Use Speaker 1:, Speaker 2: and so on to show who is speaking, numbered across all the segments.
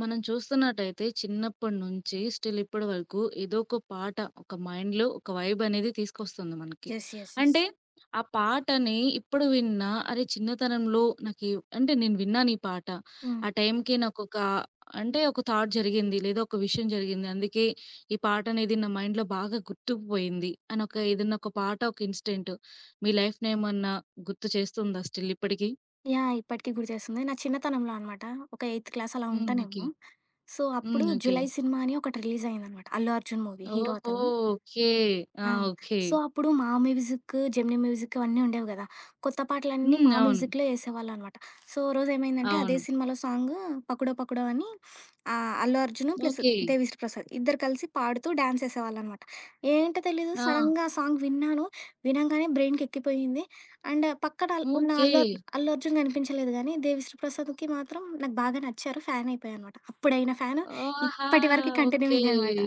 Speaker 1: మనం చూస్తున్నట్టయితే చిన్నప్పటి నుంచి స్టిల్ ఇప్పటి వరకు ఏదో ఒక పాట ఒక మైండ్‌లో ఒక వైబ్ అనేది తీసుకొస్తుంది మనకి.
Speaker 2: యెస్. యెస్. యెస్.
Speaker 1: అంటే ఆ పాటని ఇప్పుడు విన్నా అరే! చిన్నతనంలో నాకి అంటే నేను విన్నాను ఈ పాట.
Speaker 2: హ్మ్.
Speaker 1: ఆ టైంకి నాకొక అంటే ఒక థాట్ జరిగింది లేదా ఒక విషయం జరిగింది. అందుకే ఈ పాట అనేది నా మైండ్‌లో బాగా గుర్తుకుపోయింది అని ఒక ఏదన్నా ఒక పాట ఒక ఇన్సిడెంట్ మీ లైఫ్‌నేమన్నా గుర్తు చేస్తుందా స్టిల్ ఇప్పటికి?
Speaker 2: యాహ్! ఇప్పటికి గుర్తు చేస్తుంది. నా చిన్నతనంలో అనమాట. ఒక ఎయిత్ క్లాస్ అలా
Speaker 1: హ్మ్. ఓకే.
Speaker 2: ఉంటానేమో. సో,
Speaker 1: హ్మ్.
Speaker 2: అప్పుడు
Speaker 1: ఓకే.
Speaker 2: 'జులై' సినిమా అని ఒకటి రిలీజ్ అయిందనమాట. అల్లు అర్జున్ మూవీ హీరో
Speaker 1: ఓహో!
Speaker 2: అతను.
Speaker 1: ఓకే. ఆ!
Speaker 2: ఆ!
Speaker 1: ఓకే.
Speaker 2: సో, అప్పుడు మా మ్యూజిక్, జెమినీ మ్యూజిక్ అవన్నీ ఉండేవి గదా! కొత్త పాటలన్నీ
Speaker 1: హ్మ్.
Speaker 2: మా
Speaker 1: అవును.
Speaker 2: మ్యూజిక్‌లో యేసేవాళ్ళనమాట. సో, ఓ రోజేమైందంటే అదే
Speaker 1: అవును.
Speaker 2: సినిమాలో సాంగు 'పకడో పకడో' అని అల్లు అర్జున్ ప్లస్
Speaker 1: ఓకే.
Speaker 2: దేవిశ్రీ ప్రసాద్ ఇద్దరు కలిసి పాడుతూ డాన్స్ యేసేవాళ్ళనమాట. ఏంటో తెలీదు
Speaker 1: ఆ!
Speaker 2: సడెన్‌గా ఆ సాంగ్ విన్నాను. వినంగానే బ్రెయిన్‌కెక్కిపోయింది. అండ్ పక్కన
Speaker 1: ఓకే.
Speaker 2: అల్లు అర్జున్ కనిపించలేదు గానీ, దేవిశ్రీ ప్రసాద్‌కి మాత్రం నాకు బాగా నచ్చారు. ఫ్యానయిపోయా అనమాట. అప్పుడైన ఫ్యాను
Speaker 1: ఓహా!
Speaker 2: ఇప్పటి వరకి
Speaker 1: ఓకే.
Speaker 2: కంటిన్యూయింగ్ అనమాట.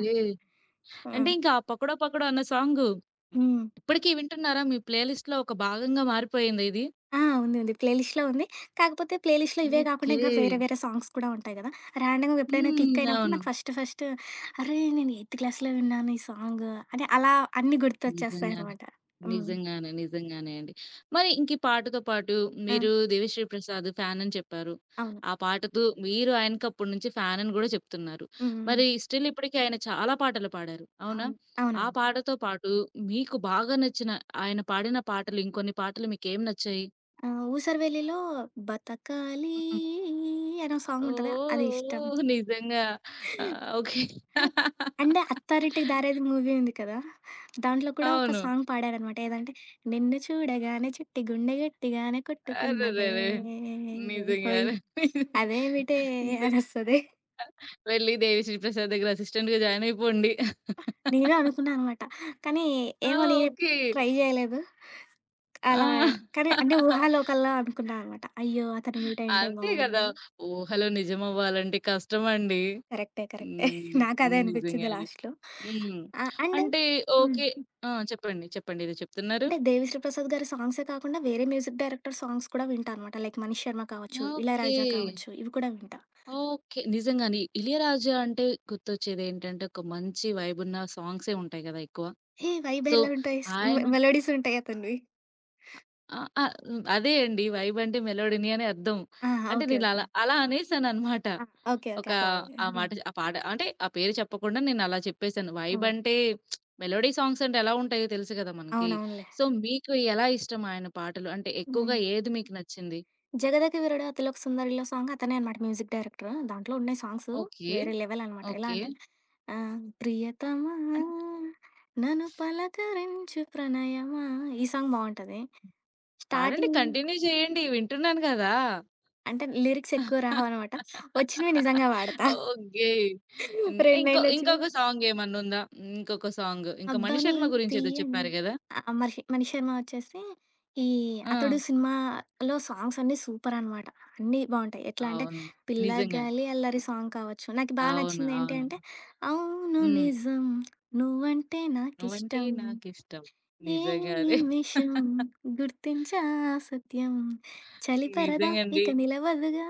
Speaker 2: ఆ!
Speaker 1: అంటే ఇంకా ఆ 'పకడో పకడో' అన్న సాంగు
Speaker 2: హ్మ్.
Speaker 1: ఇప్పటికి వింటున్నారా? మీ ప్లే లిస్ట్‌లో ఒక భాగంగా మారిపోయిందా ఇది?
Speaker 2: ఆ! ఉంది. ఉంది. ప్లే లిస్ట్‌లో ఉంది. కాకపోతే ప్లే లిస్ట్‌లో ఇవే కాకుండా
Speaker 1: ఓకే.
Speaker 2: ఇంకా వేరే వేరే సాంగ్స్ కూడా ఉంటాయి కదా! ర్యాండమ్‌గా ఎప్పుడైనా క్లిక్
Speaker 1: హ్మ్.
Speaker 2: అయినప్పుడు
Speaker 1: అవును.
Speaker 2: నాకు ఫస్ట్ ఫస్ట్ అరే! నేను ఎయిత్ క్లాస్‌లో విన్నాను ఈ సాంగ్ అని అలా అన్నీ
Speaker 1: నిజంగానే.
Speaker 2: గుర్తొచ్చేస్తాయనమాట. హ్మ్.
Speaker 1: నిజంగానే. నిజంగానే అండి. మరి ఇంక ఈ పాటతో పాటు
Speaker 2: ఆ!
Speaker 1: మీరు 'దేవిశ్రీ ప్రసాద్' ఫ్యాన్ అని చెప్పారు.
Speaker 2: అవును.
Speaker 1: ఆ పాటతో మీరు ఆయనకి అప్పటి నుంచి ఫ్యాన్ అని గూడా చెప్తున్నారు.
Speaker 2: హ్మ్. హ్మ్.
Speaker 1: మరి స్టిల్ ఇప్పటికి ఆయన చాలా పాటలు పాడారు. అవునా?
Speaker 2: అవును.
Speaker 1: ఆ
Speaker 2: అవునవును.
Speaker 1: పాటతో పాటు మీకు బాగా నచ్చిన ఆయన పాడిన పాటలు ఇంకొన్ని పాటలు మీకేం నచ్చాయి?
Speaker 2: 'ఊసరవెల్లిలో' 'బతకాలి'
Speaker 1: హ్మ్.
Speaker 2: అనే సాంగ్ ఉంటది. అది ఇష్టం.
Speaker 1: ఓహ్! నిజంగా. ఆ! ఓకే.
Speaker 2: ఆ! అంటే 'అత్తారింటికి దారేది' మూవీ ఉంది కదా! దాంట్లో కూడా ఒక
Speaker 1: అవును.
Speaker 2: సాంగ్ పాడారనమాట. ఏదంటే నిన్ను చూడగానే చిట్టి గుండె గట్టిగానే కొట్టుకున్నదే
Speaker 1: అరెరెరే!
Speaker 2: హోయ్
Speaker 1: నిజంగానే.
Speaker 2: అదేమిటే
Speaker 1: నిజంగా.
Speaker 2: అనొస్తది.
Speaker 1: వెళ్లి 'దేవిశ్రీ ప్రసాద్' దగ్గర అసిస్టెంట్‌గా జాయిన్ అయిపోండి.
Speaker 2: నేను అనుకున్నా అనమాట. కానీ
Speaker 1: ఆ!
Speaker 2: ఏమో నేను
Speaker 1: ఓకే.
Speaker 2: ట్రై చేయలేదు.
Speaker 1: ఆ!
Speaker 2: అలా కానీ అంటే ఊహాలోకల్లా అనుకున్నా అనమాట. అయ్యో! అతను మీట్ అయింటే
Speaker 1: అంతే గదా!
Speaker 2: బావుండు.
Speaker 1: ఊహలు నిజమవ్వాలంటే కష్టమండి.
Speaker 2: కరెక్టే. కరెక్టే.
Speaker 1: హ్మ్.
Speaker 2: నాకు అదే
Speaker 1: హ్మ్. నిజంగా
Speaker 2: అనిపిచ్చింది
Speaker 1: అది.
Speaker 2: లాస్ట్‌లో.
Speaker 1: హ్మ్.
Speaker 2: అండ్
Speaker 1: అంటే
Speaker 2: హ్మ్.
Speaker 1: ఓకే. ఆ! చెప్పండి. చెప్పండి. ఏదో చెప్తున్నారు?
Speaker 2: అంటే 'దేవిశ్రీ ప్రసాద్' గారి సాంగ్సే కాకుండా వేరే మ్యూజిక్ డైరెక్టర్ సాంగ్స్ కూడా వింటా అనమాట. లైక్ 'మనీష్ శర్మ' కావచ్చు,
Speaker 1: ఓకే.
Speaker 2: 'ఇళయరాజా' హ్మ్. కావచ్చు ఇవి కూడా వింటా.
Speaker 1: ఓకే. నిజంగానే 'ఇళయరాజా' అంటే గుర్తొచ్చేదేంటంటే, ఒక మంచి వైబున్న సాంగ్సే ఉంటాయి గదా ఎక్కువ.
Speaker 2: ఏ వైబ్
Speaker 1: సో,
Speaker 2: ఎలా ఉంటాయి స్ మె
Speaker 1: ఆయన
Speaker 2: మెలోడీస్ ఉంటాయి అతనివి.
Speaker 1: ఆ! ఆ! హ్మ్. అదే అండి. వైబ్ అంటే మెలోడీని అని అర్థం.
Speaker 2: ఆ!
Speaker 1: అంటే
Speaker 2: ఓకే.
Speaker 1: నేనలా
Speaker 2: ఓకే.
Speaker 1: అలా అలా అనేసాననమాట.
Speaker 2: ఆ! ఓకే. ఓకే.
Speaker 1: ఒక
Speaker 2: అర్థమైంది.
Speaker 1: ఆ
Speaker 2: హ్మ్.
Speaker 1: మాట ఆ పాట అంటే ఆ పేరు చెప్పకుండా నేనలా చెప్పేసాను. వైబ్
Speaker 2: హ్మ్.
Speaker 1: అంటే మెలోడీ సాంగ్స్ అంటే ఎలా ఉంటాయో తెలుసు కదా మనకి.
Speaker 2: అవునవునులే.
Speaker 1: సో, మీకు ఎలా ఇష్టం ఆయన పాటలు? అంటే ఎక్కువగా
Speaker 2: హ్మ్.
Speaker 1: ఏది మీకు నచ్చింది?
Speaker 2: 'జగదక వీరుడు అతిలోక సుందరిలో' సాంగ్ అతనే అనమాట మ్యూజిక్ డైరెక్టర్. దాంట్లో ఉన్నాయి సాంగ్స్
Speaker 1: ఓకే.
Speaker 2: వేరే లెవెల్ అనమాట. ఎలా
Speaker 1: ఓకే.
Speaker 2: అంటే ప్రియతమా
Speaker 1: అన్
Speaker 2: నన్ను పలకరించు ప్రణయమా ఈ సాంగ్ బావుంటది.
Speaker 1: పాడండి.
Speaker 2: స్టార్టింగ్
Speaker 1: కంటిన్యూ చేయండి. వింటున్నాను కదా!
Speaker 2: అంటే లిరిక్స్ ఎక్కువ రావనమాట. వచ్చినవి నిజంగా వాడతా.
Speaker 1: ఓకే. హ్మ్.
Speaker 2: 2
Speaker 1: ఇంకో
Speaker 2: లైన్‌లొచ్చినవి
Speaker 1: ఇంకొక సాంగ్ ఏమన్నుందా? ఇంకొక సాంగ్. ఇంకా
Speaker 2: 'అబ్బని
Speaker 1: మణిశర్మ గురించేదో
Speaker 2: తీయని'
Speaker 1: చెప్పారు గదా!
Speaker 2: మనిషి 'మణి శర్మ' వచ్చేసి ఈ
Speaker 1: ఆ!
Speaker 2: 'అతడు' సినిమాలో సాంగ్స్ అన్నీ సూపర్ అనమాట. అన్నీ బావుంటాయి. ఎట్లా అంటే
Speaker 1: అవును. నిజంగా.
Speaker 2: 'పిల్లగాలి అల్లరి' సాంగ్ కావచ్చు. నాకు బాగా
Speaker 1: అవును.
Speaker 2: నచ్చింది ఏంటి
Speaker 1: అవును.
Speaker 2: అంటే అవును
Speaker 1: హ్మ్.
Speaker 2: నిజం నువ్వంటే
Speaker 1: నువ్వంటే
Speaker 2: నాకిష్టం
Speaker 1: నాకిష్టం.
Speaker 2: ఏ
Speaker 1: నిజంగా అదే.
Speaker 2: నిమిషం గుర్తించా ఆ సత్యం చలి పరదా
Speaker 1: నిజంగండి.
Speaker 2: ఇక నిలవదుగా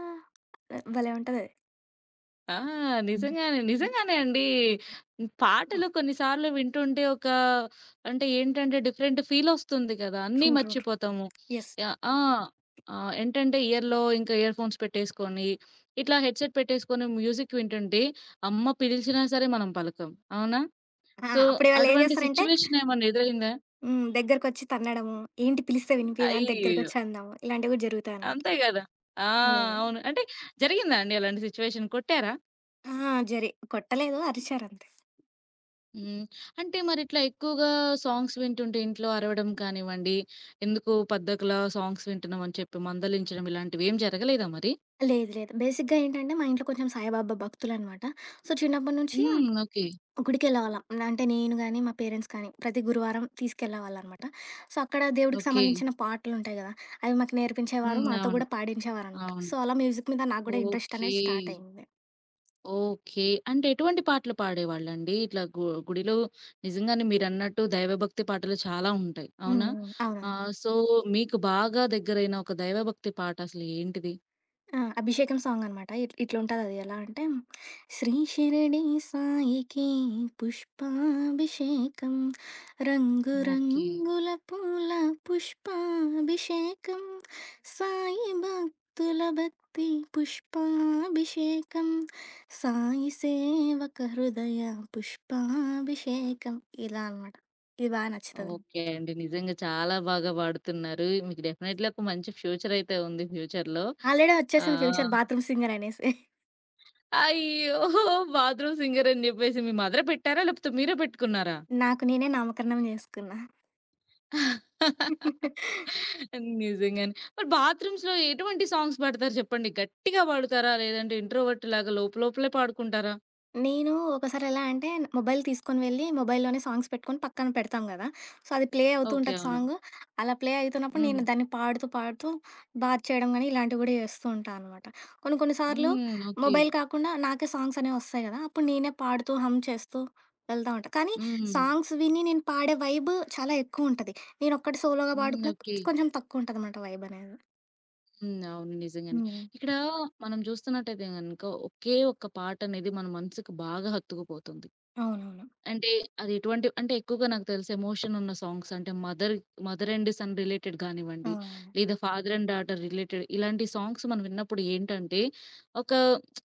Speaker 2: భలే ఉంటదది.
Speaker 1: ఆ! నిజంగానే. నిజంగానే అండి. హ్మ్. పాటలు కొన్ని సార్లు వింటుంటే ఒక అంటే ఏంటంటే డిఫరెంట్ ఫీలొస్తుంది కదా! అన్నీ
Speaker 2: ట్రూ. ట్రూ. ట్రూ.
Speaker 1: మర్చిపోతాము.
Speaker 2: యెస్.
Speaker 1: యాహ్! ఆ! ఆహ్, ఏంటంటే ఇయర్‌లో ఇంకా ఇయర్‌ఫోన్స్ పెట్టేసుకొని, ఇట్లా హెడ్‌సెట్ పెట్టేసుకొని మ్యూజిక్ వింటుంటే అమ్మ పిలిచినా సరే మనం పలకం. అవునా?
Speaker 2: ఆ!
Speaker 1: సో,
Speaker 2: అప్పుడు వాళ్ళేం
Speaker 1: అటువంటి
Speaker 2: జేస్తారంటే
Speaker 1: సిట్యుయేషన్ ఏమన్నా ఎదురైందా?
Speaker 2: హ్మ్. దగ్గరకొచ్చి తన్నడము, ఏంటి పిలిస్తే వినిపియదా అని
Speaker 1: అయ్యో!
Speaker 2: దగ్గరకొచ్చి అనడము, ఇలాంటివి గూడా జరుగుతాయనమాట.
Speaker 1: అంతే గదా! ఆ!
Speaker 2: అదే. అదే.
Speaker 1: అవును. అంటే జరిగిందా అండి అలాంటి సిట్యుయేషన్? కొట్టారా?
Speaker 2: ఆ! కొట్టలేదు. అరిచారంతే.
Speaker 1: హ్మ్. అంటే మరిట్లా ఎక్కువగా సాంగ్స్ వింటుంటే ఇంట్లో అరవడం కానివ్వండి, ఎందుకు పద్ధతిలా సాంగ్స్ వింటున్నాం అని చెప్పి మందలించడం ఇలాంటివేం జరగలేదా మరి?
Speaker 2: లేదు. లేదు. బేసిక్‌గా ఏంటంటే మా ఇంట్లో కొంచెం సాయిబాబా భక్తులనమాట. సో, చిన్నప్పటి నుంచి
Speaker 1: హ్మ్. ఓకే.
Speaker 2: గుడికెళ్ళేవాళ్ళం. అంటే నేను గాని, మా పేరెంట్స్ కానీ ప్రతి గురువారం తీసుకెళ్ళేవాళ్ళనమాట. సో, అక్కడ దేవుడికి
Speaker 1: ఓకే.
Speaker 2: సంబంధించిన పాటలుంటాయి గదా! అవి మాకు నేర్పించేవారు.
Speaker 1: హ్మ్.
Speaker 2: మాతో
Speaker 1: అవును.
Speaker 2: గూడా పాడించేవారనమాట.
Speaker 1: అవును.
Speaker 2: సో, అలా మ్యూజిక్ మీద నాకు గూడా ఇంట్రెస్ట్
Speaker 1: ఓకే.
Speaker 2: అనేది స్టార్ట్ అయింది.
Speaker 1: ఓకే. అంటే ఎటువంటి పాటలు పాడేవాళ్ళండి? ఇట్లా గుడిలో నిజంగానే మీరన్నట్టు దైవభక్తి పాటలు చాలా ఉంటాయి.
Speaker 2: హ్మ్.
Speaker 1: అవునా?
Speaker 2: హ్మ్. అవునవును.
Speaker 1: ఆహ్, సో, మీకు బాగా దగ్గరైన ఒక దైవభక్తి పాట అసలు ఏంటిది?
Speaker 2: ఆ! 'అభిషేకం' సాంగనమాట. ఇట్లుంటదది. ఎలా అంటే, శ్రీ షిరిడి సాయికి పుష్పాభిషేకం రంగు
Speaker 1: ఓకే.
Speaker 2: రంగుల పూల పుష్పాభిషేకం సాయి భక్తుల భక్తి పుష్పాభిషేకం సాయి సేవక హృదయ పుష్పాభిషేకం ఇలా అనమాట. ఇది బా నచ్చుతది.
Speaker 1: ఓకే అండి. నిజంగా చాలా బాగా పాడుతున్నారు. మీకు డెఫినెట్‌లీ ఒక మంచి ఫ్యూచర్ అయితే ఉంది ఫ్యూచర్‌లో.
Speaker 2: ఆల్రెడీ వచ్చేసింది
Speaker 1: ఆహ్,
Speaker 2: ఫ్యూచర్ బాత్రూమ్ సింగర్ అనేసి.
Speaker 1: అయ్యో! బాత్రూమ్ సింగర్ అని జెప్పేసి మీ మదరే పెట్టారా? లేకపోతే మీరే పెట్టుకున్నారా?
Speaker 2: నాకు నేనే నామకరణం చేసుకున్నా.
Speaker 1: నిజంగానే. మరి బాత్రూమ్స్‌లో ఎటువంటి సాంగ్స్ పాడతారు చెప్పండి? గట్టిగా పాడుతారా? లేదంటే ఇంట్రోవర్ట్ లాగా లోపలే పాడుకుంటారా?
Speaker 2: నేను ఒకసారి ఎలా అంటే మొబైల్ తీసుకొని వెళ్ళి మొబైల్‌లోనే సాంగ్స్ పెట్టుకొని పక్కన పెడతాం గదా! సో, అది ప్లే అవుతూ
Speaker 1: ఓకే.
Speaker 2: ఉంటది
Speaker 1: అవును.
Speaker 2: సాంగు. అలా ప్లే అయితున్నప్పుడు
Speaker 1: హ్మ్.
Speaker 2: నేను దాన్ని పాడుతూ, బాత్ చేయడం గానీ ఇలాంటివి గూడా చేస్తూ ఉంటా అనమాట. కొన్ని కొన్ని సార్లు
Speaker 1: హ్మ్. ఓకే.
Speaker 2: మొబైల్ కాకుండా నాకే సాంగ్స్ అనేవి వస్తాయి గదా! అప్పుడు నేనే పాడుతూ, హమ్ చేస్తూ వెళ్తా ఉంటా. కానీ
Speaker 1: హ్మ్.
Speaker 2: సాంగ్స్ విని నేను పాడే వైబ్ చాలా ఎక్కువుంటది. నేనొక్కటి సోలోగా
Speaker 1: హ్మ్.
Speaker 2: పాడుకున్న
Speaker 1: ఓకే.
Speaker 2: కొంచెం తక్కువుంటదనమాట వైబ్ అనేది.
Speaker 1: హ్మ్. అవును. నిజంగానే.
Speaker 2: హ్మ్.
Speaker 1: ఇక్కడ మనం చూస్తున్నట్టయితే గనుక ఒకే ఒక్క పాటనేది మన మనసుకు బాగా హత్తుకుపోతుంది.
Speaker 2: అవునవును. అవునవును.
Speaker 1: అంటే అది ఎటువంటి అంటే ఎక్కువగా నాకు తెలిసి ఎమోషన్ ఉన్న సాంగ్స్ అంటే mother mother and son related గానివ్వండి,
Speaker 2: అవునవును.
Speaker 1: లేదా ఫాదర్ అండ్ డాటర్ రిలేటెడ్ ఇలాంటి సాంగ్స్ మనం విన్నప్పుడు ఏంటంటే ఒక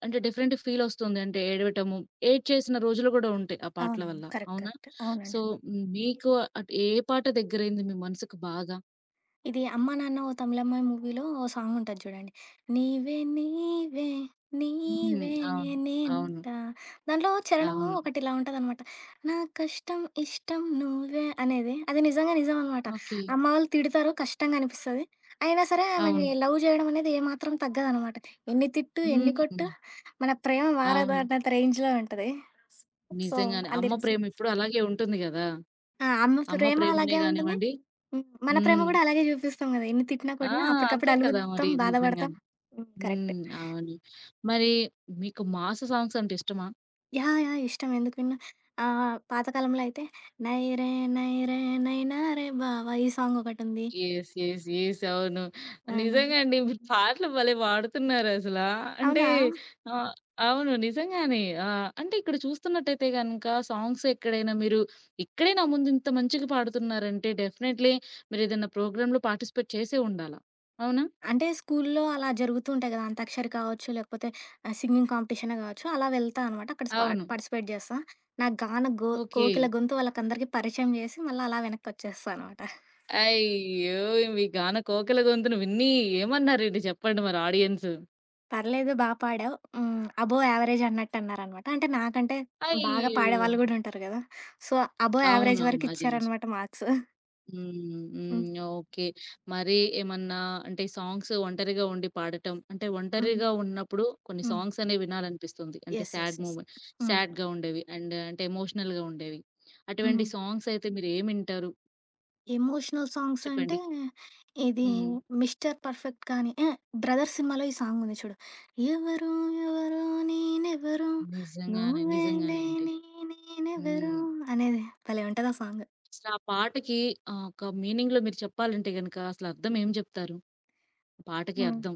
Speaker 1: అంటే డిఫరెంట్ ఫీల్ వస్తుంది. అంటే ఏడవటము, ఏడ్చేసిన రోజులు గూడా ఉంటాయి ఆ పాటల
Speaker 2: అవునండి.
Speaker 1: వల్ల.
Speaker 2: కరెక్ట్.
Speaker 1: అవునా?
Speaker 2: కరెక్ట్.
Speaker 1: సో,
Speaker 2: అవునండి.
Speaker 1: మీకు అటు ఏ పాట దగ్గరైంది మీ మనసుకు బాగా?
Speaker 2: ఇది 'అమ్మా నాన్న ఓ తమిళమ్మాయి' మూవీలో ఓ సాంగ్ ఉంటది చూడండి. నీవే నీవే
Speaker 1: హ్మ్.
Speaker 2: నీవే
Speaker 1: అవును. అవును.
Speaker 2: నేనుంటా దాంట్లో చరణము
Speaker 1: అవును.
Speaker 2: ఒకటిలా ఉంటదనమాట. నా కష్టం ఇష్టం నువ్వే అనేది. అది నిజంగా నిజం అనమాట.
Speaker 1: ఓకే.
Speaker 2: అమ్మ వాళ్ళు తిడతారు కష్టంగా అనిపిస్తది. అయినా సరే ఆమెని
Speaker 1: అవును.
Speaker 2: లవ్ జేయడం అనేది ఏమాత్రం తగ్గదనమాట. ఎన్ని తిట్టు, ఎన్ని హ్మ్.
Speaker 1: హ్మ్.
Speaker 2: కొట్టు మన ప్రేమ మారదు
Speaker 1: అవును.
Speaker 2: అన్నంత రేంజ్‌లో ఉంటది. సో,
Speaker 1: నిజంగానే.
Speaker 2: ఆ
Speaker 1: అమ్మ
Speaker 2: లిరిక్స్.
Speaker 1: ప్రేమ ఇప్పుడు అలాగే ఉంటుంది గదా!
Speaker 2: ఆ! అమ్మ
Speaker 1: అమ్మ
Speaker 2: ప్రేమ
Speaker 1: ప్రేమనే
Speaker 2: అలాగే ఉంటుంది.
Speaker 1: గానివ్వండి
Speaker 2: హ్మ్. మన ప్రేమ
Speaker 1: హ్మ్.
Speaker 2: గూడా అలాగే జూపిస్తాం గదా! ఎన్ని తిట్టినా,
Speaker 1: ఆ!
Speaker 2: కొట్టినా
Speaker 1: అంతే
Speaker 2: అప్పటికప్పుడు
Speaker 1: కదా! మరి
Speaker 2: అలుగుతాం, బాధపడతాం.
Speaker 1: నిజంగానే.
Speaker 2: హ్మ్. కరెక్ట్.
Speaker 1: హ్మ్. అవును. మరి మీకు మాస్ సాంగ్స్ అంటే ఇష్టమా?
Speaker 2: యాహ్! యాహ్! ఇష్టం ఎందుకు వినను. పాతకాలంలో అయితే 'నైరే నైరే నైనా రే బావా' ఈ సాంగ్ ఒకటుంది.
Speaker 1: యెస్. యెస్. యెస్. అవును.
Speaker 2: ఆ!
Speaker 1: నిజంగా అండి. మీరు పాటలు భలే పాడుతున్నారసలా. అంటే
Speaker 2: అవునా?
Speaker 1: ఆహ్, అవును. నిజంగానే. ఆహ్, అంటే ఇక్కడ చూస్తున్నట్టయితే గనక సాంగ్స్ ఎక్కడైనా మీరు ఇక్కడే నా ముందు ఇంత మంచిగా పాడుతున్నారంటే డెఫినైట్‌లీ మీరేదైనా ప్రోగ్రామ్‌లో పార్టిసిపేట్ చేసే ఉండాల. అవునా?
Speaker 2: అంటే స్కూల్లో అలా జరుగుతూ ఉంటాయి గదా! అంతాక్షరి కావచ్చు, లేకపోతే సింగింగ్ కాంపిటీషనే గావచ్చు. అలా వెళ్తా అనమాట. అక్కడ
Speaker 1: అవును.
Speaker 2: పార్టిసిపేట్ జేస్తా. నా గాన గో
Speaker 1: ఓకే.
Speaker 2: కోకిల గొంతు వాళ్ళకందరికీ పరిచయం జేసి, మళ్ళా అలా వెనక్కొచ్చేస్తా అనమాట.
Speaker 1: అయ్యో! మీ గాన కోకిల గొంతును విని ఏమన్నారండి చెప్పండి మరి ఆడియన్స్?
Speaker 2: పర్లేదు బా పాడావు. హ్మ్. అబోవ్ యావరేజ్ అన్నట్టన్నారనమాట. అంటే నాకంటే బాగా
Speaker 1: అయ్యో!
Speaker 2: పాడేవాళ్ళు గూడా ఉంటారు గదా! సో, అబోవ్ యావరేజ్
Speaker 1: అవునవును.
Speaker 2: వరకు
Speaker 1: అది నిజం.
Speaker 2: ఇచ్చారనమాట మార్క్స్.
Speaker 1: హ్మ్.
Speaker 2: హ్మ్.
Speaker 1: హ్మ్. ఓకే. మరి ఏమన్నా అంటే సాంగ్స్ ఒంటరిగా ఉండి పాడటం అంటే
Speaker 2: హ్మ్.
Speaker 1: ఒంటరిగా ఉన్నప్పుడు కొన్ని
Speaker 2: హ్మ్.
Speaker 1: సాంగ్స్ అనేవి వినాలనిపిస్తుంది. అంటే
Speaker 2: yes. Yes.
Speaker 1: Sad
Speaker 2: yes.
Speaker 1: Moment
Speaker 2: హ్మ్.
Speaker 1: సాడ్‌గా ఉండేవి అండ్ అంటే ఎమోషనల్‌గా ఉండేవి.
Speaker 2: హ్మ్.
Speaker 1: అటువంటి సాంగ్స్ అయితే మీరు ఏమి వింటారు?
Speaker 2: ఎమోషనల్ సాంగ్స్ అంటే
Speaker 1: చెప్పండి.
Speaker 2: ఇది
Speaker 1: హ్మ్.
Speaker 2: 'మిస్టర్ పర్ఫెక్ట్' కానీ ఎహే! 'బ్రదర్' సినిమాలో ఈ సాంగ్ ఉంది చూడు. ఎవరో ఎవరో నేనెవరో
Speaker 1: నిజంగానే.
Speaker 2: నువ్వే
Speaker 1: నిజంగానే అండి.
Speaker 2: లేని నేనెవరో
Speaker 1: హ్మ్.
Speaker 2: అనేది భలే ఉంటది ఆ సాంగ్.
Speaker 1: అసలు ఆ పాటకి ఆహ్, ఒక మీనింగ్‌లో మీరు చెప్పాలంటే గనక అసలు అర్థం ఏం చెప్తారు? ఆ పాటకి
Speaker 2: హ్మ్.
Speaker 1: అర్థం.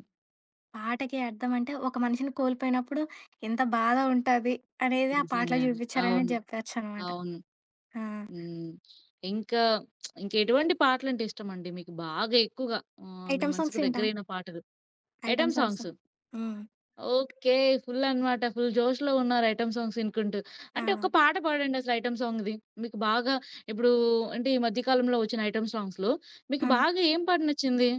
Speaker 2: పాటకి అర్థం అంటే, ఒక మనిషిని కోల్పోయినప్పుడు ఎంత బాధ ఉంటది అనేది ఆ పాటలో
Speaker 1: నిజంగానే.
Speaker 2: చూపించారనే
Speaker 1: అవును.
Speaker 2: చెప్పొచ్చనమాట.
Speaker 1: అవును.
Speaker 2: ఆ!
Speaker 1: హ్మ్. ఇంకా ఇంక ఎటువంటి పాటలంటే ఇష్టమండి మీకు బాగా ఎక్కువగా? ఆహ్, మీ
Speaker 2: ఐటెమ్ సాంగ్స్
Speaker 1: మనసుకు
Speaker 2: వింటా.
Speaker 1: దగ్గరైన పాటలు.
Speaker 2: Item
Speaker 1: item
Speaker 2: songs.
Speaker 1: Songs.
Speaker 2: Hmm.
Speaker 1: Okay. Full అన్నమాట. ఫుల్ జోష్‌లో ఉన్నారు ఐటెమ్ సాంగ్స్ ఇనుకుంటూ.
Speaker 2: ఆ!
Speaker 1: అంటే ఒక పాట పాడండి అసలు ఐటెమ్ సాంగ్‌ది. మీకు బాగా ఇప్పుడు అంటే ఈ మధ్య కాలంలో వచ్చిన ఐటెమ్ సాంగ్స్‌లో మీకు
Speaker 2: ఆ!
Speaker 1: బాగా ఏం పాట నచ్చింది?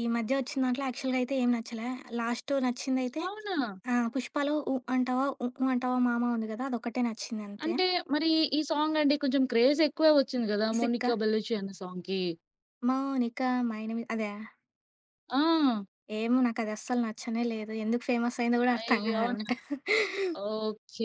Speaker 2: ఈ మధ్య వచ్చిన దాంట్లో యాక్చువల్‌గా అయితే ఏం నచ్చలే. లాస్ట్ నచ్చిందయితే
Speaker 1: అవునా?
Speaker 2: ఆ! 'పుష్పలో' 'ఊ అంటావా ఊ ఊ అంటావా మామ' ఉంది కదా! అదొక్కటే నచ్చిందంతే.
Speaker 1: అంటే మరి ఈ సాంగ్ అంటే కొంచెం క్రేజ్ ఎక్కువే వచ్చింది గదా!
Speaker 2: 'ఇసుక్క
Speaker 1: మోనికా బెల్లూచి అన్న సాంగ్‌కి.
Speaker 2: మౌనిక మై నేమ్ ఇ' అదా?
Speaker 1: ఆ!
Speaker 2: ఏమో నాకది అస్సలు నచ్చనే లేదు. ఎందుకు ఫేమస్ అయిందో కూడా అర్థం
Speaker 1: అయ్యో!
Speaker 2: కాదనమాట.
Speaker 1: ఓకే.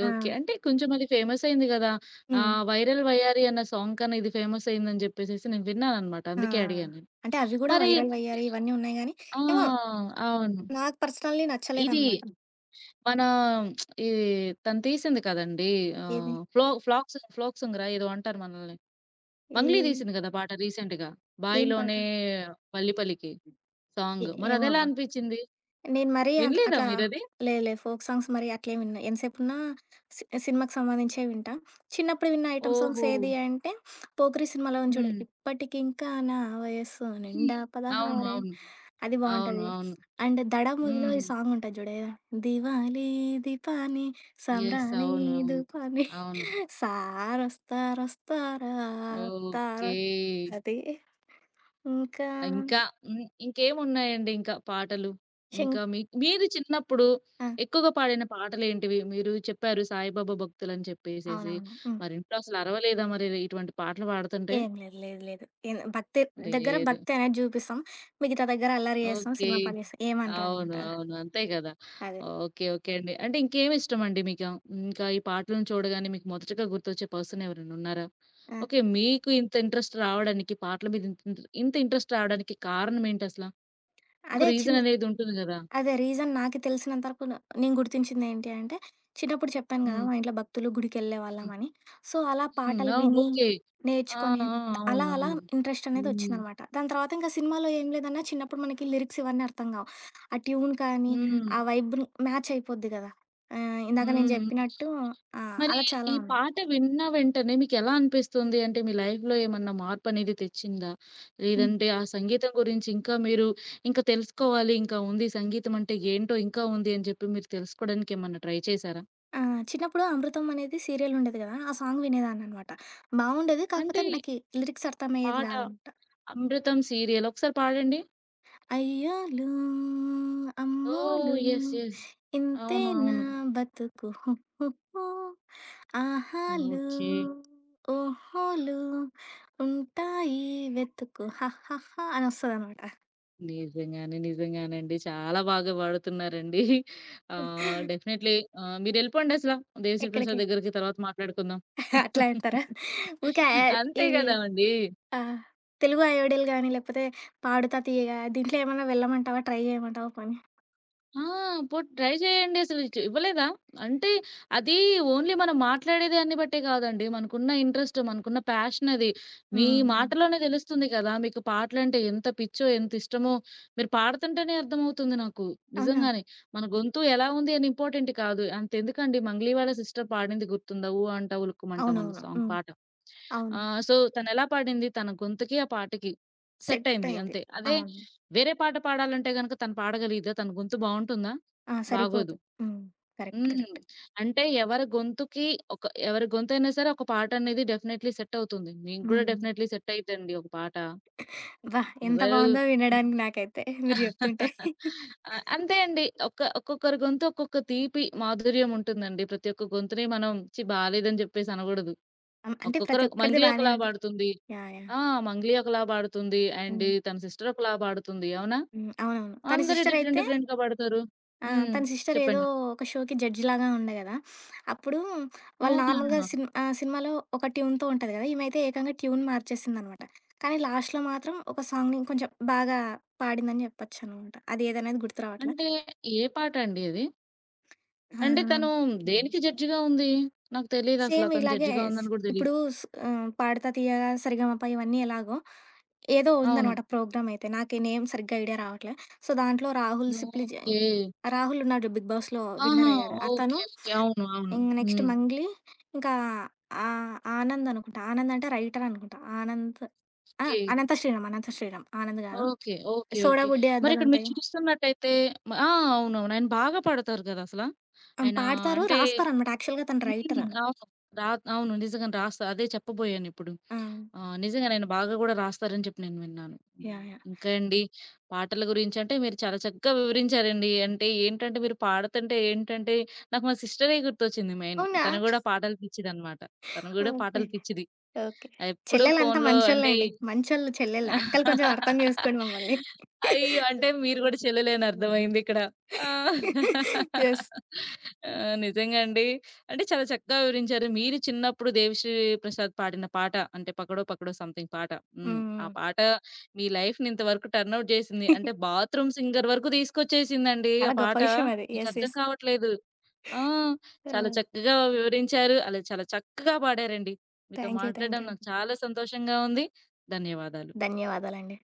Speaker 2: ఆ!
Speaker 1: ఓకే. అంటే కొంచెం అది ఫేమసయింది గదా!
Speaker 2: హ్మ్.
Speaker 1: ఆహ్, 'వైరల్ వయ్యారి' అన్న సాంగ్ కన్నా ఇది ఫేమసయిందని జెప్పేసేసి నేను విన్నాననమాట.
Speaker 2: ఆ!
Speaker 1: అందుకే అడిగాను నేను.
Speaker 2: అంటే అవి గూడా
Speaker 1: మరి
Speaker 2: వైరల్ అయ్యారు. ఇవన్నీ ఉన్నాయి గానీ,
Speaker 1: ఆ!
Speaker 2: ఏమో
Speaker 1: అవును.
Speaker 2: నాకు పర్సనల్లీ
Speaker 1: ఇది
Speaker 2: నచ్చలేదనమాట.
Speaker 1: మన ఇది తను తీసింది కదండీ!
Speaker 2: ఏది?
Speaker 1: ఆహ్, ఫ్లో ఫ్లాక్ సాంగ్ ఫ్లోక్ సాంగరా ఏదో అంటారు మనల్ని.
Speaker 2: ఏ
Speaker 1: మంగ్లీ తీసింది గదా పాట రీసెంట్‌గా.
Speaker 2: ఏం పాట?
Speaker 1: 'బాయిలోనే పల్లి పలికి' సాంగ్.
Speaker 2: ఏమో
Speaker 1: మరదెలా
Speaker 2: అబ్బా!
Speaker 1: అనిపిచ్చింది?
Speaker 2: నేను మరీ అట్
Speaker 1: వినలేదా
Speaker 2: అట్లా
Speaker 1: మీరది?
Speaker 2: లే లే ఫోక్ సాంగ్స్ మరి అట్లేం వినను. ఎంతసేపున్నా సినిమాకి సంబంధించేవి వింటా. చిన్నప్పుడు విన్న ఐటెమ్ సాంగ్స్
Speaker 1: ఓహో!
Speaker 2: ఏది అంటే, 'పోకిరి' సినిమాలో ఉంది చూడు.
Speaker 1: హ్మ్.
Speaker 2: ఇప్పటికింకా నా వయస్సు
Speaker 1: హ్మ్.
Speaker 2: నిండా
Speaker 1: అవును.
Speaker 2: పదహారే
Speaker 1: అవును.
Speaker 2: అది
Speaker 1: అవును.
Speaker 2: బావుంటది.
Speaker 1: అవును.
Speaker 2: అండ్ 'దడ' మూవీలో
Speaker 1: హ్మ్.
Speaker 2: ఈ సాంగుంటది జూడు. దివాలీ దీపాని
Speaker 1: యెస్.
Speaker 2: సాంబ్రాణి
Speaker 1: అవును. అవును.
Speaker 2: దుపాని
Speaker 1: అవును.
Speaker 2: సారొస్తారొస్తారా అత్తారో
Speaker 1: ఓకే.
Speaker 2: అది ఇంకా
Speaker 1: ఇంకా హ్మ్. ఇంకేమున్నాయండి ఇంకా పాటలు? ఇంకా
Speaker 2: శంక్
Speaker 1: మీరు చిన్నప్పుడు
Speaker 2: ఆ!
Speaker 1: ఎక్కువగా పాడిన పాటలేంటివి? మీరు చెప్పారు సాయిబాబా భక్తులని చెప్పేసేసి.
Speaker 2: అవునవును. హ్మ్.
Speaker 1: మరి ఇంట్లో అసలు అరవలేదా మరి ఇటువంటి పాటలు పాడుతుంటే?
Speaker 2: ఏం లేదు. లేదు. లేదు. ఏం భక్తి దగ్గర
Speaker 1: లేదు.
Speaker 2: భక్తి అనేది జూపిస్తాం. మిగతా దగ్గర అల్లరి జేస్తాం.
Speaker 1: ఓకే.
Speaker 2: సినిమా పాలు జేస్తాం.
Speaker 1: అవును.
Speaker 2: ఏమనరనమాట.
Speaker 1: అవును. అంతే గదా!
Speaker 2: అదే.
Speaker 1: ఓకే. ఓకే అండి. అంటే ఇంకేమిష్టమండి మీకా? ఇంకా ఈ పాటలను చూడగానే మీకు మొదటగా గుర్తొచ్చే పర్సన్ ఎవరైనా ఉన్నారా?
Speaker 2: ఆ!
Speaker 1: ఓకే. మీకు ఇంత ఇంట్రెస్ట్ రావడానికి పాటల మీద ఇంత ఇంట్రెస్ట్ రావడానికి కారణం ఏంటసల? ఒక
Speaker 2: అదే
Speaker 1: రీజన్
Speaker 2: చిన్
Speaker 1: అనేది ఉంటుంది గదా!
Speaker 2: అదే రీజన్ నాకు తెలిసినంత వరకు నేను గుర్తించిందేంటి అంటే, చిన్నప్పుడు చెప్పాను గదా!
Speaker 1: హ్మ్.
Speaker 2: మా ఇంట్లో భక్తులు,
Speaker 1: హ్మ్.
Speaker 2: గుడికెళ్ళేవాళ్ళమని. సో, అలా
Speaker 1: హ్మ్.
Speaker 2: పాటలు
Speaker 1: ఆ!
Speaker 2: విని,
Speaker 1: ఓకే. ఆ!
Speaker 2: నేర్చుకొని,
Speaker 1: ఆ!
Speaker 2: ద- అలా అలా
Speaker 1: అవునవును.
Speaker 2: ఇంట్రెస్టనేది
Speaker 1: హ్మ్.
Speaker 2: ఒచ్చిందనమాట. దాని తర్వాత ఇంక సినిమాలో ఏం లేదన్నా చిన్నప్పుడు మనకి లిరిక్స్ ఇవన్నీ అర్థం గావు. ఆ ట్యూన్ కానీ,
Speaker 1: హ్మ్.
Speaker 2: ఆ వైబ్‌ని మ్యాచ్ అయిపోద్ది గదా! ఇందాక నేను
Speaker 1: హ్మ్.
Speaker 2: జెప్పినట్టు ఆ!
Speaker 1: మరి
Speaker 2: అలా చాలా
Speaker 1: ఈ
Speaker 2: ఉన్నాయి.
Speaker 1: పాట విన్న వెంటనే మీకెలా అనిపిస్తుంది? అంటే మీ లైఫ్‌లో ఏమన్నా మార్పనేది తెచ్చిందా?
Speaker 2: హ్మ్.
Speaker 1: లేదంటే ఆ సంగీతం గురించి ఇంకా మీరు ఇంకా తెలుసుకోవాలి, ఇంకా ఉంది సంగీతం అంటే ఏంటో ఇంకా ఉంది అని చెప్పి మీరు తెలుసుకోవడానికి ఏమన్నా ట్రై చేశారా?
Speaker 2: ఆ! చిన్నప్పుడు 'అమృతం' అనేది సీరియలుండేది గదా! ఆ సాంగ్ వినేదాన్ననమాట. బావుండేది.
Speaker 1: అంటే
Speaker 2: కాకపోతే నాకి లిరిక్స్ అర్థమయ్యేది
Speaker 1: పాట
Speaker 2: గాదంట.
Speaker 1: 'అమృతం' సీరియల్ ఒకసారి పాడండి.
Speaker 2: అయ్యోలు
Speaker 1: ఓహ్!
Speaker 2: అమ్మోలు
Speaker 1: యెస్. యెస్. అవును.
Speaker 2: ఇంతేనా
Speaker 1: అవును.
Speaker 2: బతుకు హు, హు, హు. ఆహాలు
Speaker 1: ఓకే.
Speaker 2: ఓహోలు ఉంటాయి వెతుకు హ, హ, హ అని వస్తుంది అనమాట
Speaker 1: నిజంగానే. నిజంగానండి. చాలా బాగా పాడుతున్నారండి. ఆహ్, డెఫినైట్‌లీ ఆహ్, మీరెళ్ళిపోండసల. 'దేవిశ్రీ
Speaker 2: ఎక్కడికి
Speaker 1: ప్రసాద్' దగ్గరికి తర్వాత మాట్లాడుకుందాం.
Speaker 2: అట్లా అంటారా ఊకే
Speaker 1: అంతే
Speaker 2: ఇది
Speaker 1: గదండీ!
Speaker 2: ఆ, తెలుగు అయోడీలు కానీ లేకపోతే పాడుతా తీయగా దీంట్లో ఏమైనా వెళ్ళమంటావా ట్రై చేయమంటావా పని
Speaker 1: ఆ! ట్రై చేయండి అసలు చు ఇవ్వలేదా? అంటే అది ఓన్లీ మనం మాట్లాడే దాన్ని బట్టే కాదండి. మనకున్న ఇంట్రెస్ట్, మనకున్న ప్యాషన్ అది. మీ
Speaker 2: ఉమ్.
Speaker 1: మాటలోనే తెలుస్తుంది కదా! మీకు పాటలంటే ఎంత పిచ్చో, ఎంత ఇష్టమో మీరు పాడుతుంటేనే అర్థమవుతుంది నాకు.
Speaker 2: అవునా
Speaker 1: నిజంగానే. మన గొంతు ఎలా ఉంది అని ఇంపార్టెంట్ కాదు. అంతెందుకండి మంగ్లీ వాళ్ళ సిస్టర్ పాడింది గుర్తుందా? 'ఊ అంట ఉలుక్కుమంటాం' అనే
Speaker 2: అవునవును
Speaker 1: సాంగ్ పాట.
Speaker 2: అవును
Speaker 1: ఆహ్, సో, తనెలా పాడింది? తన గొంతుకి, ఆ పాటకి సెట్
Speaker 2: సెట్
Speaker 1: అయింది
Speaker 2: అయింది
Speaker 1: అంతే. అదే
Speaker 2: అవును
Speaker 1: వేరే పాట పాడాలంటే గనక తను పాడగలిగిద్దా? తన గొంతు బావుంటుందా?
Speaker 2: ఆ! సరిపోదు.
Speaker 1: బాగోదు.
Speaker 2: హ్మ్. కరెక్ట్.
Speaker 1: హ్మ్.
Speaker 2: కరెక్ట్.
Speaker 1: అంటే ఎవరి గొంతుకి ఒక ఎవరి గొంతైనా సరే ఒక పాటనేది డెఫినైట్‌లీ సెట్ అవుతుంది. మీకు గూడా
Speaker 2: హ్మ్.
Speaker 1: డెఫినైట్‌లీ సెట్ అయిద్దండి ఒక పాట.
Speaker 2: అబ్బా! ఎంత
Speaker 1: ఎవరు
Speaker 2: బావుందో వినడానికి నాకైతే మీరు చెప్తుంటే.
Speaker 1: ఆ! అంతే అండి. ఒక్కొక్కరి గొంతు ఒక్కొక్క తీపి మాధుర్యం ఉంటుందండి. ప్రతి ఒక్క గొంతుని మనం ఛీ! బాలేదని జెప్పేసి అనగూడదు.
Speaker 2: అంటే ప్రతి
Speaker 1: ఒక్కొక్కరు
Speaker 2: ఒక్కరిది
Speaker 1: 'మంగ్లీ'
Speaker 2: బానే
Speaker 1: ఒకలా
Speaker 2: ఉంటది.
Speaker 1: పాడుతుంది.
Speaker 2: యాహ్! యాహ్!
Speaker 1: ఆ! 'మంగ్లీ' ఒకలా పాడుతుంది. అండ్
Speaker 2: హ్మ్.
Speaker 1: తన సిస్టర్ ఒకలా పాడుతుంది. అవునా?
Speaker 2: హ్మ్. అవునవును. తన
Speaker 1: అందరూ
Speaker 2: సిస్టర్
Speaker 1: డిఫరెంట్
Speaker 2: అయితే
Speaker 1: డిఫరెంట్‌గా పాడతారు.
Speaker 2: ఆ!
Speaker 1: హ్మ్.
Speaker 2: తన సిస్టర్ ఏదో
Speaker 1: చెప్పండి.
Speaker 2: ఒక షోకి జడ్జ్ లాగా ఉండే గదా! అప్పుడు వాళ్ళు నార్మల్‌గా
Speaker 1: అవునా!
Speaker 2: సినిమాలో ఒక ట్యూన్‌తో ఉంటది గదా! ఈమైతే ఏకంగా ట్యూన్ మార్చేసిందనమాట. కానీ లాస్ట్‌లో మాత్రం ఒక సాంగ్‌ని కొంచెం బాగా పాడిందని చెప్పొచ్చనమాట. అది ఏదనేది గుర్తు రావట్లా.
Speaker 1: అంటే ఏ పాటండి అది? అంటే తను
Speaker 2: ఆ!
Speaker 1: దేనికి జడ్జిగా ఉంది? నాకు తెలీదసల
Speaker 2: సేమ్
Speaker 1: తను
Speaker 2: ఇలాగే
Speaker 1: జడ్జిగా
Speaker 2: స్
Speaker 1: ఉందని గూడా తెలీదు.
Speaker 2: ఇప్పుడు స్ 'పాడతా తీయగా' 'సరిగమప' ఇవన్నీ ఎలాగో ఏదో
Speaker 1: అవును.
Speaker 2: ఉందనమాట ప్రోగ్రామ్ అయితే. నాకు నేమ్ సరిగ్గా ఐడియా రావట్లే. సో, దాంట్లో
Speaker 1: ఓకే.
Speaker 2: 'రాహుల్' ఉన్నాడు 'బిగ్ బాస్‌లో'
Speaker 1: ఆహా!
Speaker 2: విన్నర్ అయ్యాడు. అతను
Speaker 1: ఓకే. ఓకే. అవును. అవును.
Speaker 2: ఇంగ నెక్స్ట్
Speaker 1: హ్మ్.
Speaker 2: 'మంగ్లీ' ఇంకా 'ఆనంద్' అనుకుంటా. 'ఆనంద్' అంటే రైటర్ అనుకుంటా. 'ఆనంద్' ఆ!
Speaker 1: ఓకే.
Speaker 2: 'అనంత శ్రీరామ్' 'ఆనంద్' గాదు.
Speaker 1: ఓకే. ఓకే.
Speaker 2: 'Soda
Speaker 1: okay.
Speaker 2: బుడ్డి'
Speaker 1: మరిక్కడ మీరు
Speaker 2: అద్దాలుంటాయి.
Speaker 1: చూస్తున్నట్టయితే మ ఆ! అవునవును. ఆయన బాగా పాడతారు గదా! అసల.
Speaker 2: ఆ!
Speaker 1: ఆయన
Speaker 2: పాడతారు,
Speaker 1: అంటే
Speaker 2: రాస్తారనమాట. యాక్చువల్‌గా తను
Speaker 1: హ్మ్.
Speaker 2: రైటర్.
Speaker 1: అవును. రా అవును. నిజంగానే రాస్తా. అదే చెప్పబోయానిప్పుడు.
Speaker 2: ఆ!
Speaker 1: ఆహ్, నిజంగానే బాగా గూడా రాస్తారని చెప్పి నేను విన్నాను. హ్మ్.
Speaker 2: యాహ్! యాహ్!
Speaker 1: ఇంకా అండి పాటల గురించంటే మీరు చాలా చక్కగా వివరించారండి. అంటే ఏంటంటే మీరు పాడుతుంటే ఏంటంటే నాకు మా సిస్టరే గుర్తొచ్చింది మెయిను.
Speaker 2: అవునా?
Speaker 1: తను గూడా పాటలు పిచ్చిదనమాట. తను గూడా
Speaker 2: ఓకే.
Speaker 1: పాటలు పిచ్చిది.
Speaker 2: ఓకే.
Speaker 1: ఎప్పుడు
Speaker 2: చెల్లెలంతా
Speaker 1: ఫోన్‌లో అంటే
Speaker 2: మంచోళ్ళండి. మంచోళ్ళు చెల్లెళ్ళు. అక్కలు కొంచెం అర్థం చేసుకోండి మమ్మల్ని.
Speaker 1: అయ్యో! అంటే మీరు గూడా చెల్లెలని అర్థమైందిక్కడ. ఆ!
Speaker 2: యెస్.
Speaker 1: ఆ! నిజంగా అండి. అంటే చాలా చక్కగా వివరించారు. మీరు చిన్నప్పుడు దేవిశ్రీ ప్రసాద్ పాడిన పాట అంటే 'పకడో పకడో సంథింగ్' పాట. హ్మ్. ఆ
Speaker 2: హ్మ్.
Speaker 1: పాట మీ లైఫ్‌ని ఇంతవరకు టర్న్ ఔట్ జేసింది. అంటే బాత్రూమ్ సింగర్ వరకు తీసుకొచ్చేసిందండి ఆ
Speaker 2: చాలా గొప్ప
Speaker 1: పాట.
Speaker 2: విషయం అది. యెస్.
Speaker 1: మీకర్థం
Speaker 2: యెస్.
Speaker 1: కావట్లేదు. ఆ! చాలా
Speaker 2: ఆహ్,
Speaker 1: చక్కగా వివరించారు. అలా చాలా చక్కగా పాడారండి. మీతో
Speaker 2: థాంక్ యూ. థాంక్
Speaker 1: మాట్లాడడం
Speaker 2: యూ.
Speaker 1: నాకు చాలా సంతోషంగా ఉంది. ధన్యవాదాలు.
Speaker 2: ధన్యవాదాలండి.